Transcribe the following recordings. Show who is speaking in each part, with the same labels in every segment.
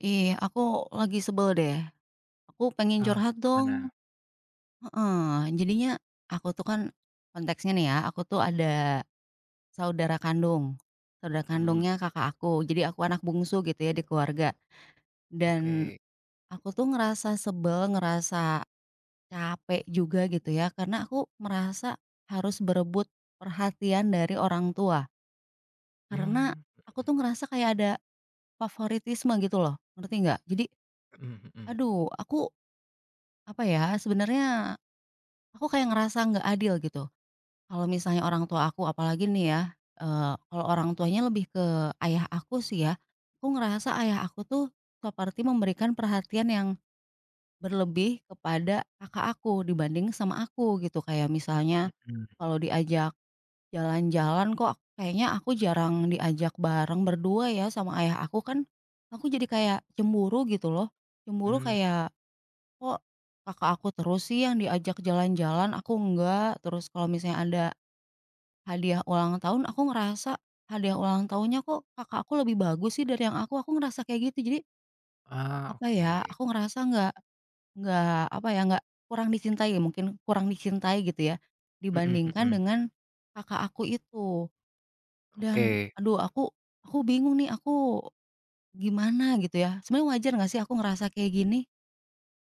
Speaker 1: Ih, aku lagi sebel deh. Aku pengen
Speaker 2: Oh,
Speaker 1: curhat dong.
Speaker 2: gimana?
Speaker 1: Heeh, jadinya aku tuh kan konteksnya nih ya, aku tuh ada saudara kandung. Saudara
Speaker 2: Mhm,
Speaker 1: kandungnya kakak aku. Jadi aku anak bungsu gitu ya di keluarga. Dan
Speaker 2: oke.
Speaker 1: aku tuh ngerasa sebel, ngerasa capek juga gitu ya karena aku merasa harus berebut perhatian dari orang tua. Karena
Speaker 2: Mmm,
Speaker 1: aku tuh ngerasa kayak ada favoritisme gitu loh. Ngerti nggak? Jadi
Speaker 2: mhm mhm.
Speaker 1: aduh, aku apa ya sebenarnya, aku kayak ngerasa nggak adil gitu. Kalau misalnya orang tua aku apalagi nih ya, kalau orang tuanya lebih ke ayah aku sih ya, aku ngerasa ayah aku tuh seperti memberikan perhatian yang berlebih kepada kakak aku dibanding sama aku gitu. Kayak misalnya
Speaker 2: Mhm.
Speaker 1: kalau diajak jalan-jalan kok kayaknya aku jarang diajak bareng berdua ya sama ayah aku, kan aku jadi kayak cemburu gitu loh. Cemburu
Speaker 2: Mmm,
Speaker 1: kayak, kok kakak aku terus sih yang diajak jalan-jalan, aku enggak. Terus kalau misalnya ada hadiah ulang tahun, aku ngerasa hadiah ulang tahunnya kok kakak aku lebih bagus sih dari yang aku. Aku ngerasa kayak gitu. Jadi
Speaker 2: ah,
Speaker 1: apa
Speaker 2: oke.
Speaker 1: ya? Aku ngerasa nggak apa ya? Nggak kurang dicintai, mungkin kurang dicintai gitu ya
Speaker 2: Mhm
Speaker 1: dibandingkan
Speaker 2: mhm,
Speaker 1: dengan kakak aku itu. Dan
Speaker 2: oke.
Speaker 1: aduh, aku bingung nih, aku gimana gitu ya? Sebenarnya wajar nggak sih aku ngerasa kayak gini?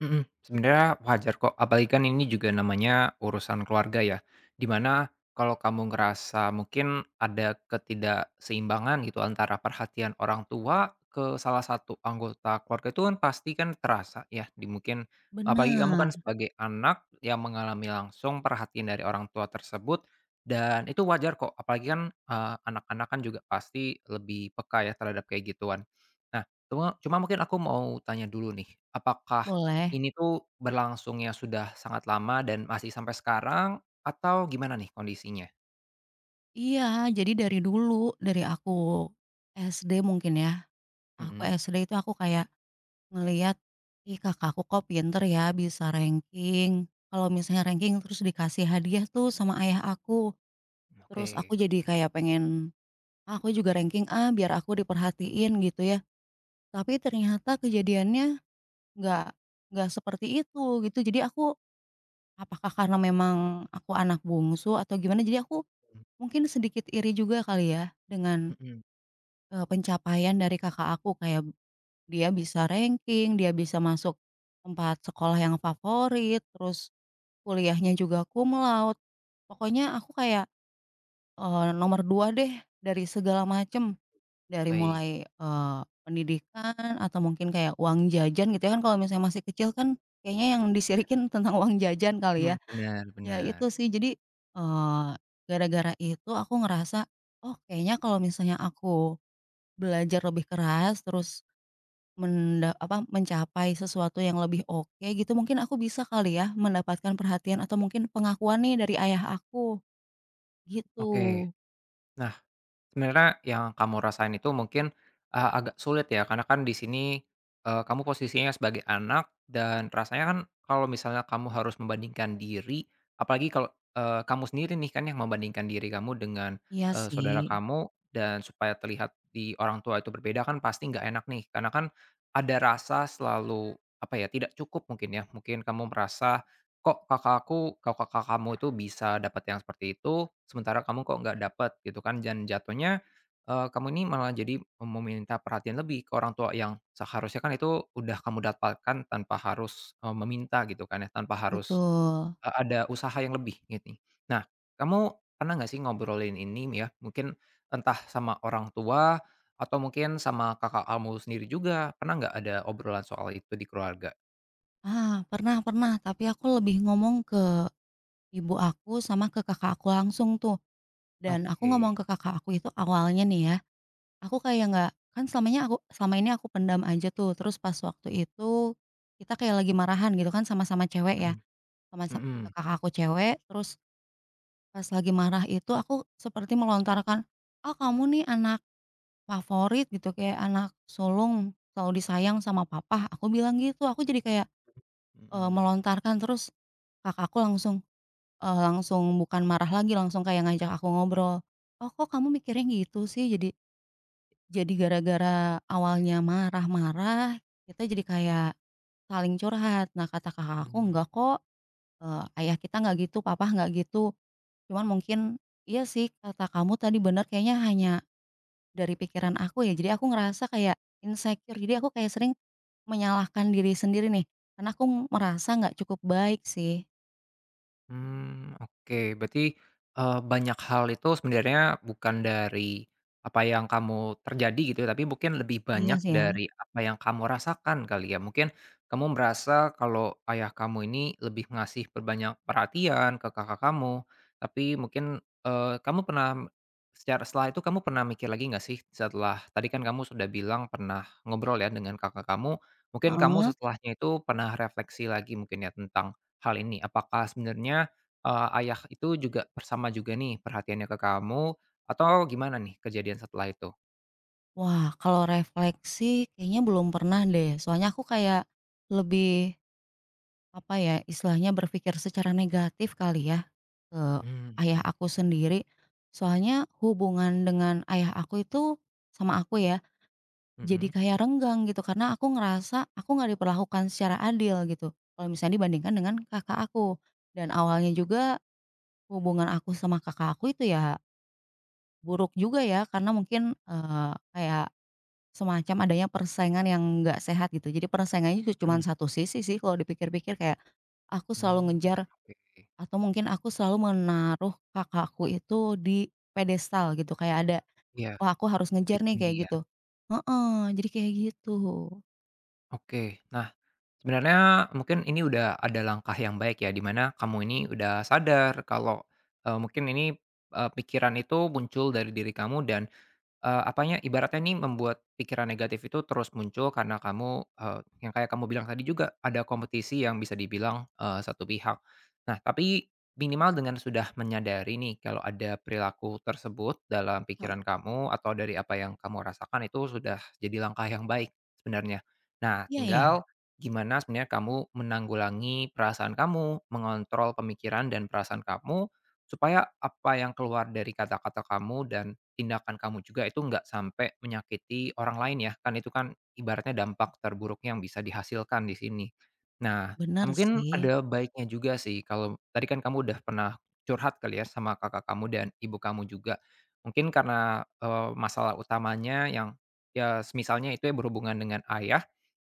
Speaker 2: Mhm, Sebenarnya wajar kok, apalagi kan ini juga namanya urusan keluarga ya, dimana kalau kamu ngerasa mungkin ada ketidakseimbangan gitu antara perhatian orang tua ke salah satu anggota keluarga itu kan pasti kan terasa ya, di mungkin apalagi kamu kan
Speaker 1: Bener,
Speaker 2: sebagai anak yang mengalami langsung perhatian dari orang tua tersebut dan itu wajar kok, apalagi kan, anak-anak kan juga pasti lebih peka ya terhadap kayak gituan. Nah, cuma cuma mungkin aku mau tanya dulu nih, apakah
Speaker 1: boleh.
Speaker 2: ini tuh berlangsungnya sudah sangat lama dan masih sampai sekarang atau gimana nih kondisinya?
Speaker 1: Iya, jadi dari dulu, dari aku SD mungkin ya, aku
Speaker 2: Mhm.
Speaker 1: SD itu aku kayak ngelihat, "Ih, kakakku kok pinter ya bisa ranking." Kalau misalnya ranking terus dikasih hadiah tuh sama ayah aku, terus aku
Speaker 2: Oke.
Speaker 1: jadi kayak pengen, "Ah, aku juga ranking A biar aku diperhatiin," gitu ya. Tapi ternyata kejadiannya nggak nggak seperti itu gitu. Jadi aku apakah karena memang aku anak bungsu atau gimana, jadi aku
Speaker 2: Mmm,
Speaker 1: mungkin sedikit iri juga kali ya dengan
Speaker 2: mhm,
Speaker 1: Pencapaian dari kakak aku kayak dia bisa ranking, dia bisa masuk tempat sekolah yang favorit, terus kuliahnya juga cum laude. Pokoknya aku kayak, nomor 2 deh dari segala macem, dari
Speaker 2: baik.
Speaker 1: mulai, pendidikan atau mungkin kayak uang jajan gitu ya kan kalau misalnya masih kecil kan kayaknya yang disirikin tentang uang jajan kali ya.
Speaker 2: Mmm, benar
Speaker 1: Ya
Speaker 2: bener.
Speaker 1: itu sih jadi, eee, gara-gara itu aku ngerasa, oh kayaknya kalau misalnya aku belajar lebih keras, terus menda apa, mencapai sesuatu yang lebih oke gitu, mungkin aku bisa kali ya mendapatkan perhatian atau mungkin pengakuan nih dari ayah aku, gitu.
Speaker 2: Oke. Nah, sebenarnya yang kamu rasain itu mungkin, agak sulit ya karena kan di sini, kamu posisinya sebagai anak dan rasanya kan kalau misalnya kamu harus membandingkan diri, apalagi kalau, kamu sendiri nih kan yang membandingkan diri kamu dengan,
Speaker 1: Iya sih,
Speaker 2: saudara kamu dan supaya terlihat di orang tua itu berbeda kan pasti nggak enak nih karena kan ada rasa selalu, apa ya, tidak cukup mungkin ya, mungkin kamu merasa, Kok kakak aku kok kakak kamu itu bisa dapat yang seperti itu, sementara kamu kok nggak dapat gitu kan, dan jatuhnya, kamu ini malah jadi meminta perhatian lebih ke orang tua yang seharusnya kan itu udah kamu dapatkan tanpa harus, meminta gitu kan ya, tanpa harus,
Speaker 1: betul.
Speaker 2: ada usaha yang lebih gini. Nah, kamu pernah nggak sih ngobrolin ini ya, mungkin entah sama orang tua atau mungkin sama kakak kamu sendiri juga, pernah nggak ada obrolan soal itu di keluarga?
Speaker 1: Ah, pernah pernah, tapi aku lebih ngomong ke ibu aku sama ke kakak aku langsung tuh, dan aku ngomong
Speaker 2: Oke,
Speaker 1: ke kakak aku itu awalnya nih ya, aku kayak nggak, kan selamanya aku selama ini aku pendam aja tuh, terus pas waktu itu kita kayak lagi marahan gitu kan sama-sama cewek ya,
Speaker 2: mhm,
Speaker 1: teman sa
Speaker 2: mhm,
Speaker 1: kakak aku cewek, terus pas lagi marah itu aku seperti melontarkan, "Ah, kamu nih anak favorit," gitu, kayak anak sulung, selalu disayang sama papa, aku bilang gitu. Aku jadi kayak,
Speaker 2: mhm.
Speaker 1: melontarkan terus kakakku langsung, langsung bukan marah lagi, langsung kayak ngajak aku ngobrol. "Oh, kok kamu mikirnya gitu sih?" Jadi gara-gara awalnya marah-marah, kita jadi kayak saling curhat. Nah, kata kakak aku,
Speaker 2: Mmm,
Speaker 1: "Enggak kok, eee, ayah kita nggak gitu, papa nggak gitu." Cuman mungkin, iya sih kata kamu tadi benar kayaknya hanya dari pikiran aku ya, jadi aku ngerasa kayak insecure, jadi aku kayak sering menyalahkan diri sendiri nih, karena aku merasa nggak cukup baik sih.
Speaker 2: mmm, oke. Berarti, banyak hal itu sebenarnya bukan dari apa yang kamu terjadi gitu ya, tapi mungkin lebih
Speaker 1: Iya
Speaker 2: banyak
Speaker 1: sih ya,
Speaker 2: dari apa yang kamu rasakan kali ya. Mungkin kamu merasa kalau ayah kamu ini lebih ngasih berbanyak perhatian ke kakak kamu, tapi mungkin, kamu pernah secara setelah itu kamu pernah mikir lagi nggak sih setelah tadi kan kamu sudah bilang pernah ngobrol ya dengan kakak kamu, mungkin kamu
Speaker 1: heeh.
Speaker 2: setelahnya itu pernah refleksi lagi mungkin ya tentang hal ini? Apakah sebenarnya, ayah itu juga bersama juga nih perhatiannya ke kamu atau gimana nih kejadian setelah itu?
Speaker 1: Wah kalau refleksi kayaknya belum pernah deh, soalnya aku kayak lebih, apa ya, istilahnya berpikir secara negatif kali ya, ke
Speaker 2: Mmm,
Speaker 1: ayah
Speaker 2: mhm,
Speaker 1: aku sendiri. Soalnya hubungan dengan ayah aku itu sama aku ya jadi
Speaker 2: mhm,
Speaker 1: kayak renggang gitu karena aku ngerasa aku nggak diperlakukan secara adil gitu, kalau misalnya dibandingkan dengan kakak aku. Dan awalnya juga hubungan aku sama kakak aku itu ya buruk juga ya karena mungkin, kayak semacam adanya persaingan yang nggak sehat gitu. Jadi persaingannya itu cuma
Speaker 2: mhm.
Speaker 1: satu sisi sih kalau dipikir-pikir kayak, aku selalu
Speaker 2: Mmm,
Speaker 1: ngejar
Speaker 2: oke.
Speaker 1: atau mungkin aku selalu menaruh kakakku itu di pedestal gitu kayak ada,
Speaker 2: Iya,
Speaker 1: "Wah aku harus
Speaker 2: lebih
Speaker 1: ngejar nih,"
Speaker 2: tinggi
Speaker 1: kayak
Speaker 2: ya.
Speaker 1: gitu. Heeh, jadi kayak gitu.
Speaker 2: Oke, nah sebenarnya mungkin ini udah ada langkah yang baik ya, di mana kamu ini udah sadar kalau, mungkin ini, pikiran itu muncul dari diri kamu dan apanya, ibaratnya nih membuat pikiran negatif itu terus muncul karena kamu, yang kayak kamu bilang tadi juga ada kompetisi yang bisa dibilang, satu pihak. Nah, tapi minimal dengan sudah menyadari nih kalau ada perilaku tersebut dalam pikiran kamu atau dari apa yang kamu rasakan itu sudah jadi langkah yang baik sebenarnya. Nah,
Speaker 1: Iya ya,
Speaker 2: tinggal gimana sebenarnya kamu menanggulangi perasaan kamu, mengontrol pemikiran dan perasaan kamu supaya apa yang keluar dari kata-kata kamu dan tindakan kamu juga itu nggak sampai menyakiti orang lain ya, kan itu kan ibaratnya dampak terburuknya yang bisa dihasilkan di sini. Nah,
Speaker 1: bener
Speaker 2: mungkin
Speaker 1: sih,
Speaker 2: ada baiknya juga sih kalau tadi kan kamu udah pernah curhat kali ya sama kakak kamu dan ibu kamu juga. Mungkin karena, masalah utamanya yang ya misalnya itu ya berhubungan dengan ayah,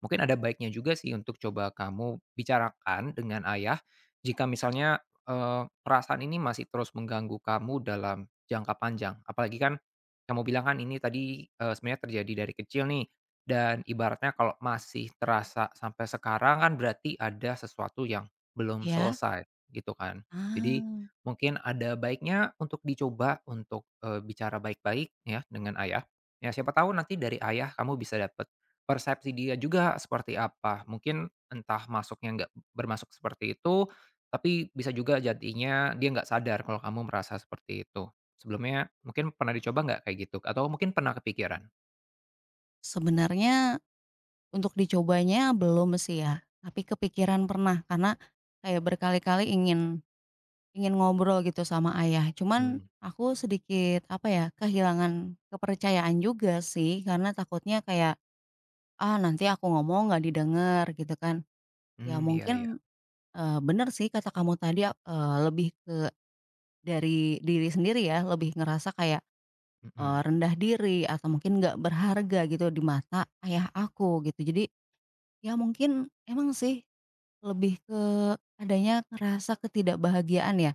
Speaker 2: mungkin ada baiknya juga sih untuk coba kamu bicarakan dengan ayah, jika misalnya, perasaan ini masih terus mengganggu kamu dalam jangka panjang. Apalagi kan kamu bilang kan ini tadi, sebenarnya terjadi dari kecil nih dan ibaratnya kalau masih terasa sampai sekarang kan berarti ada sesuatu yang belum
Speaker 1: ya.
Speaker 2: selesai gitu kan. Jadi
Speaker 1: Ah,
Speaker 2: mungkin ada baiknya untuk dicoba untuk, bicara baik-baik ya dengan ayah. Ya siapa tahu nanti dari ayah kamu bisa dapat persepsi dia juga seperti apa. Mungkin entah masuknya nggak bermasuk seperti itu, tapi bisa juga jadinya dia nggak sadar kalau kamu merasa seperti itu. Sebelumnya mungkin pernah dicoba nggak kayak gitu? Atau mungkin pernah kepikiran?
Speaker 1: sebenarnya untuk dicobanya belum sih ya, tapi kepikiran pernah karena kayak berkali-kali ingin ingin ngobrol gitu sama ayah, cuman
Speaker 2: Mhm.
Speaker 1: aku sedikit, apa ya, kehilangan kepercayaan juga sih karena takutnya kayak, "Ah, nanti aku ngomong nggak didengar," gitu kan. Ya
Speaker 2: Mmm, iya iya.
Speaker 1: mungkin, bener sih kata kamu tadi, lebih ke dari diri sendiri ya, lebih ngerasa kayak
Speaker 2: Mhm.
Speaker 1: rendah diri atau mungkin nggak berharga gitu di mata ayah aku gitu. Jadi ya mungkin emang sih lebih ke adanya ngerasa ketidakbahagiaan ya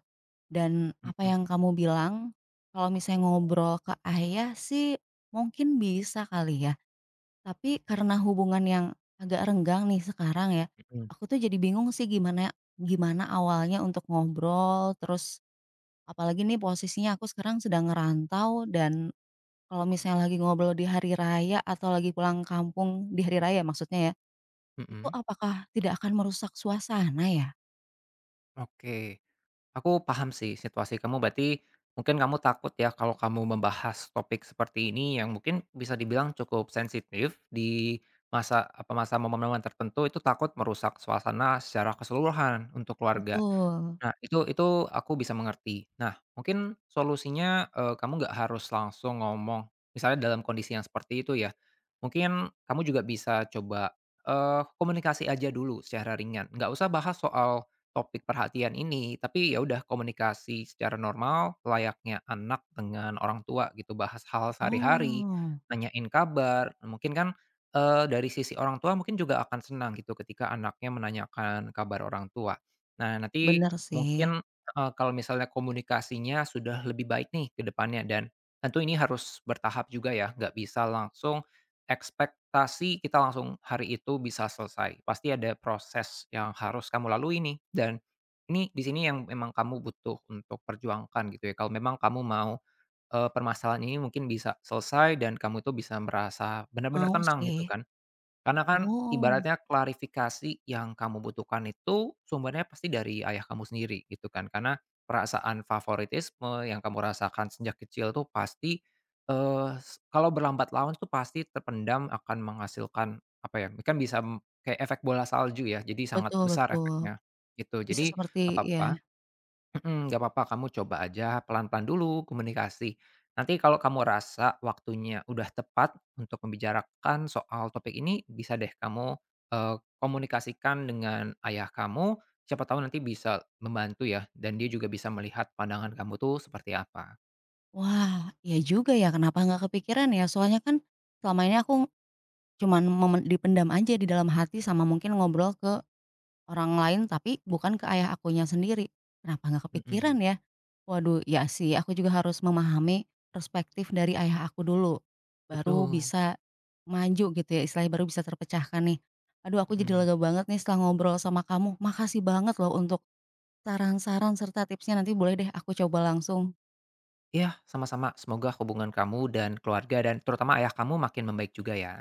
Speaker 1: dan apa
Speaker 2: Mhm
Speaker 1: yang kamu bilang kalau misalnya ngobrol ke ayah sih mungkin bisa kali ya. Tapi karena hubungan yang agak renggang nih sekarang ya,
Speaker 2: mhm
Speaker 1: aku tuh jadi bingung sih gimana gimana awalnya untuk ngobrol terus apalagi nih posisinya aku sekarang sedang ngerantau dan kalau misalnya lagi ngobrol di hari raya atau lagi pulang kampung di hari raya maksudnya ya, itu
Speaker 2: mhm.
Speaker 1: apakah tidak akan merusak suasana ya?
Speaker 2: Oke. Aku paham sih situasi kamu berarti mungkin kamu takut ya kalau kamu membahas topik seperti ini yang mungkin bisa dibilang cukup sensitif di masa apa masa momen-momen tertentu itu takut merusak suasana secara keseluruhan untuk keluarga.
Speaker 1: Betul.
Speaker 2: Nah, itu aku bisa mengerti. Nah, mungkin solusinya, kamu nggak harus langsung ngomong, misalnya dalam kondisi yang seperti itu ya, mungkin kamu juga bisa coba, komunikasi aja dulu secara ringan, nggak usah bahas soal topik perhatian ini, tapi ya udah komunikasi secara normal layaknya anak dengan orang tua gitu, bahas hal sehari-hari,
Speaker 1: Oh,
Speaker 2: nanyain kabar, mungkin kan, dari sisi orang tua mungkin juga akan senang gitu ketika anaknya menanyakan kabar orang tua. Nah, nanti
Speaker 1: bener sih,
Speaker 2: mungkin, heeh, kalau misalnya komunikasinya sudah lebih baik nih ke depannya dan tentu ini harus bertahap juga ya, nggak bisa langsung ekspektasi kita langsung hari itu bisa selesai. Pasti ada proses yang harus kamu lalui nih dan ini di sini yang memang kamu butuh untuk perjuangkan gitu ya. Kalau memang kamu mau, permasalahan ini mungkin bisa selesai dan kamu itu bisa merasa benar-benar
Speaker 1: mau
Speaker 2: tenang gitu
Speaker 1: sih.
Speaker 2: kan. Karena kan
Speaker 1: Oh,
Speaker 2: ibaratnya klarifikasi yang kamu butuhkan itu sumbernya pasti dari ayah kamu sendiri gitu kan, karena perasaan favoritisme yang kamu rasakan sejak kecil tuh pasti, eee, s kalau berlambat laun tuh pasti terpendam akan menghasilkan apa ya, kan bisa, kayak efek bola salju ya, jadi sangat
Speaker 1: betul
Speaker 2: besar
Speaker 1: betul,
Speaker 2: efeknya, gitu.
Speaker 1: bisa
Speaker 2: Jadi,
Speaker 1: seperti ya.
Speaker 2: apa-apa Mhm, nggak apa-apa kamu coba aja pelan-pelan dulu komunikasi. Nanti kalau kamu rasa waktunya udah tepat untuk membicarakan soal topik ini, bisa deh kamu, komunikasikan dengan ayah kamu, siapa tahu nanti bisa membantu ya, dan dia juga bisa melihat pandangan kamu tuh seperti apa.
Speaker 1: Wah, iya juga ya kenapa nggak kepikiran ya, soalnya kan selama ini aku cuman memen dipendam aja di dalam hati sama mungkin ngobrol ke orang lain tapi bukan ke ayah akunya sendiri. Kenapa nggak kepikiran
Speaker 2: Mhm,
Speaker 1: ya? Waduh, ya sih, aku juga harus memahami perspektif dari ayah aku dulu, baru
Speaker 2: betul,
Speaker 1: bisa maju gitu ya, istilahnya baru bisa terpecahkan nih. Aduh aku jadi
Speaker 2: mhm.
Speaker 1: lega banget nih setelah ngobrol sama kamu, makasih banget loh untuk saran-saran serta tipsnya, nanti boleh deh aku coba langsung.
Speaker 2: Iya, sama-sama, semoga hubungan kamu dan keluarga dan terutama ayah kamu makin membaik juga ya.